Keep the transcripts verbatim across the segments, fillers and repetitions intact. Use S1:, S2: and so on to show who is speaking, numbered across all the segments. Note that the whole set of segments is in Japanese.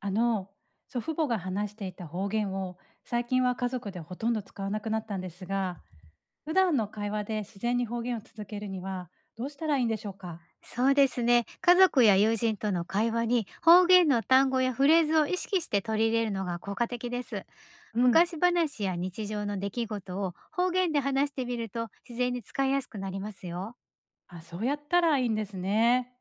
S1: あの祖父母が話していた方言を、最近は家族でほとんど使わなくなったんですが、普段の会話で自然に方言を続けるにはどうしたらいいんでしょうか？
S2: そうですね。家族や友人との会話に方言の単語やフレーズを意識して取り入れるのが効果的です。
S1: うん、
S2: 昔話や日常の出来事を方言で話してみると自然に使いやすくなりますよ。
S1: あ、そうやったらいいんですね。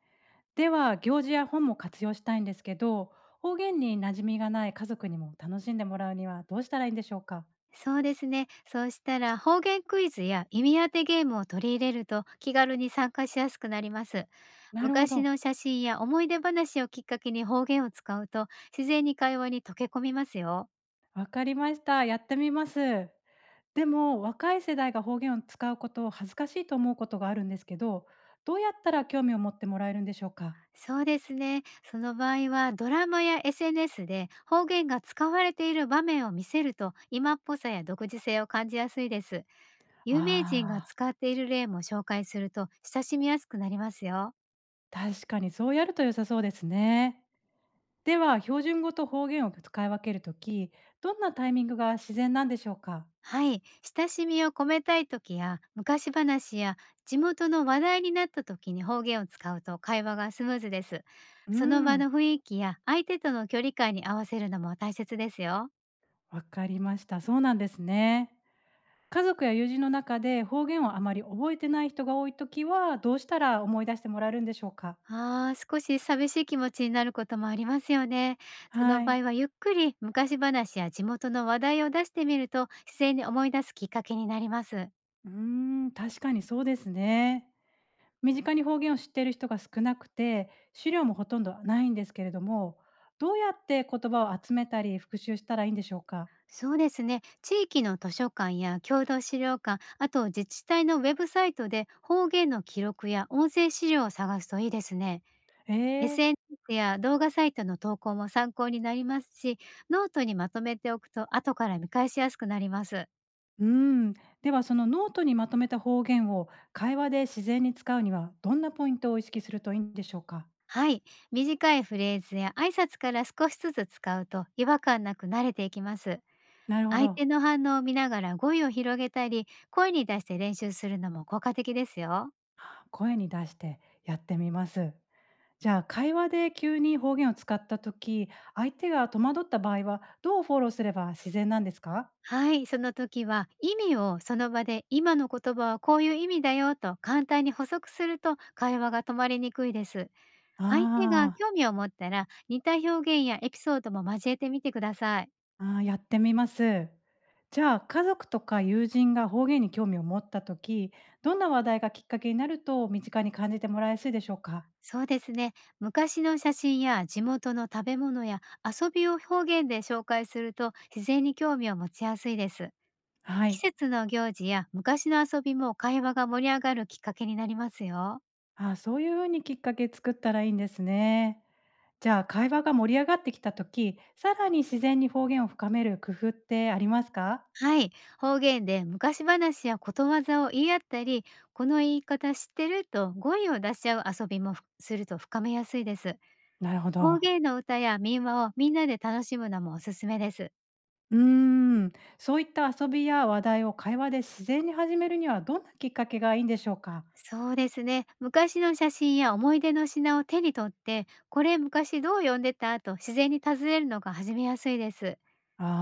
S1: では、行事や本も活用したいんですけど、方言に馴染みがない家族にも楽しんでもらうにはどうしたらいいんでしょうか？
S2: そうですね。そうしたら、方言クイズや意味当てゲームを取り入れると気軽に参加しやすくなります。
S1: なるほ
S2: 昔
S1: ど。
S2: の写真や思い出話をきっかけに方言を使うと、自然に会話に溶け込みますよ。
S1: わかりました、やってみます。でも、若い世代が方言を使うことを恥ずかしいと思うことがあるんですけど、どうやったら興味を持ってもらえるんでしょうか？
S2: そうですね。その場合は、ドラマや エスエヌエス で方言が使われている場面を見せると、今っぽさや独自性を感じやすいです。有名人が
S1: ああ、
S2: 使っている例も紹介すると親しみやすくなりますよ。
S1: 確かにそうやると良さそうですね。では、標準語と方言を使い分けるとき、どんなタイミングが自然なんでしょうか？
S2: はい。親しみを込めたい時や昔話や地元の話題になった時に方言を使うと、会話がスムーズです。
S1: うー
S2: その場
S1: ん、
S2: の雰囲気や相手との距離感に合わせるのも大切ですよ。
S1: わかりました。そうなんですね。家族や友人の中で方言をあまり覚えてない人が多いときは、どうしたら思い出してもらえるんでしょうか？
S2: ああ、少し寂しい気持ちになることもありますよね。その
S1: は
S2: 場
S1: い。
S2: 合は、ゆっくり昔話や地元の話題を出してみると、自然に思い出すきっかけになります。
S1: うーん、確かにそうですね。身近に方言を知っている人が少なくて、資料もほとんどないんですけれども、どうやって言葉を集めたり復習したらいいんでしょうか？
S2: そうですね。地域の図書館や共同資料館、あと自治体のウェブサイトで方言の記録や音声資料を探すといいですね。
S1: えー
S2: エスエヌエス や動画サイトの投稿も参考になりますし、ノートにまとめておくと後から見返しやすくなります。
S1: うーん。ではそのノートにまとめた方言を会話で自然に使うには、どんなポイントを意識するといいんでしょうか？
S2: はい、短いフレーズや挨拶から少しずつ使うと違和感なく慣れていきます。
S1: なるほ
S2: 相
S1: ど。
S2: 手の反応を見ながら語彙を広げたり、声に出して練習するのも効果的ですよ。
S1: 声に出してやってみます。じゃあ、会話で急に方言を使った時、相手が戸惑った場合は、どうフォローすれば自然なんですか？
S2: はい、その時は意味をその場で、今の言葉はこういう意味だよと簡単に補足すると、会話が止まりにくいです。相手が
S1: ああー。
S2: 興味を持ったら、似た表現やエピソードも交えてみてください。
S1: ああ、やってみます。じゃあ、家族とか友人が方言に興味を持った時、どんな話題がきっかけになると身近に感じてもらいやすいでしょうか？
S2: そうですね。昔の写真や地元の食べ物や遊びを方言で紹介すると、自然に興味を持ちやすいです。
S1: は
S2: 季
S1: い。
S2: 節の行事や昔の遊びも会話が盛り上がるきっかけになりますよ。
S1: ああ、そういう風にきっかけ作ったらいいんですね。じゃあ、会話が盛り上がってきた時、さらに自然に方言を深める工夫ってありますか？
S2: はい。方言で昔話やことわざを言い合ったり、この言い方知ってると語彙を出し合う遊びもふすると深めやすいです。
S1: なるほ
S2: 方
S1: ど。
S2: 言の歌や民話をみんなで楽しむのもおすすめです。
S1: うーん、そういった遊びや話題を会話で自然に始めるにはどんなきっかけがいいんでしょうか？
S2: そうですね。昔の写真や思い出の品を手に取って、これ昔どう読んでたと自然に尋ねるのが始めやすいです。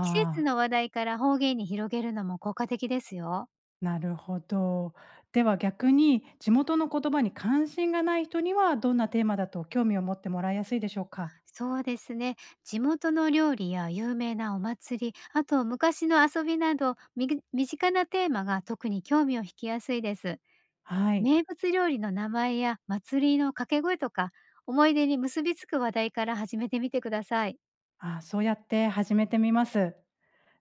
S2: 季節
S1: あ
S2: の
S1: ー。
S2: 話題から方言に広げるのも効果的ですよ。
S1: なるほど。では逆に地元の言葉に関心がない人にはどんなテーマだと興味を持ってもらいやすいでしょうか？
S2: そうですね。地元の料理や有名なお祭り、あと昔の遊びなど、み身近なテーマが特に興味を引きやすいです。
S1: はい。
S2: 名物料理の名前や祭りの掛け声とか、思い出に結びつく話題から始めてみてください。
S1: あ、そうやって始めてみます。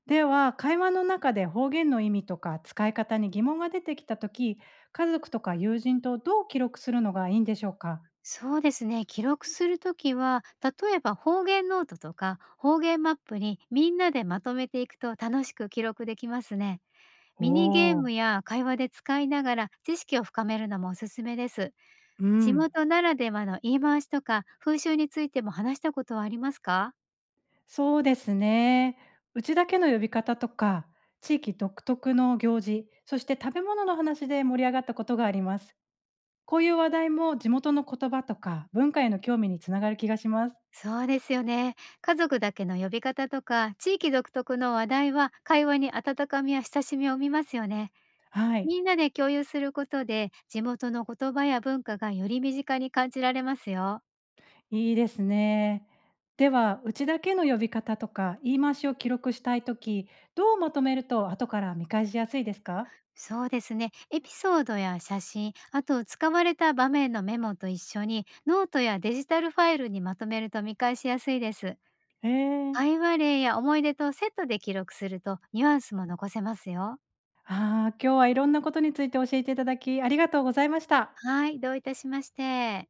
S1: では会話の中で方言の意味とか使い方に疑問が出てきた時、家族とか友人とどう記録するのがいいんでしょうか？
S2: そうですね。記録するときは、例えば方言ノートとか方言マップにみんなでまとめていくと楽しく記録できますね。
S1: お
S2: ミニゲーム
S1: お。
S2: や会話で使いながら知識を深めるのもおすすめです。
S1: う
S2: 地
S1: ん。
S2: 元ならではの言い回しとか風習についても話したことはありますか？
S1: そうですね。うちだけの呼び方とか、地域独特の行事、そして食べ物の話で盛り上がったことがあります。こういう話題も地元の言葉とか文化への興味につながる気がします。
S2: そうですよね。家族だけの呼び方とか地域独特の話題は、会話に温かみや親しみを生みますよね。
S1: はい、
S2: みんなで共有することで、地元の言葉や文化がより身近に感じられますよ。
S1: いいですね。では、うちだけの呼び方とか言い回しを記録したいとき、どうまとめると後から見返しやすいですか？
S2: そうですね。エピソードや写真、あと使われた場面のメモと一緒に、ノートやデジタルファイルにまとめると見返しやすいです。
S1: ええ。
S2: 会話例や思い出とセットで記録すると、ニュアンスも残せますよ。
S1: ああ、今日はいろんなことについて教えていただき、ありがとうございました。
S2: はい、どういたしまして。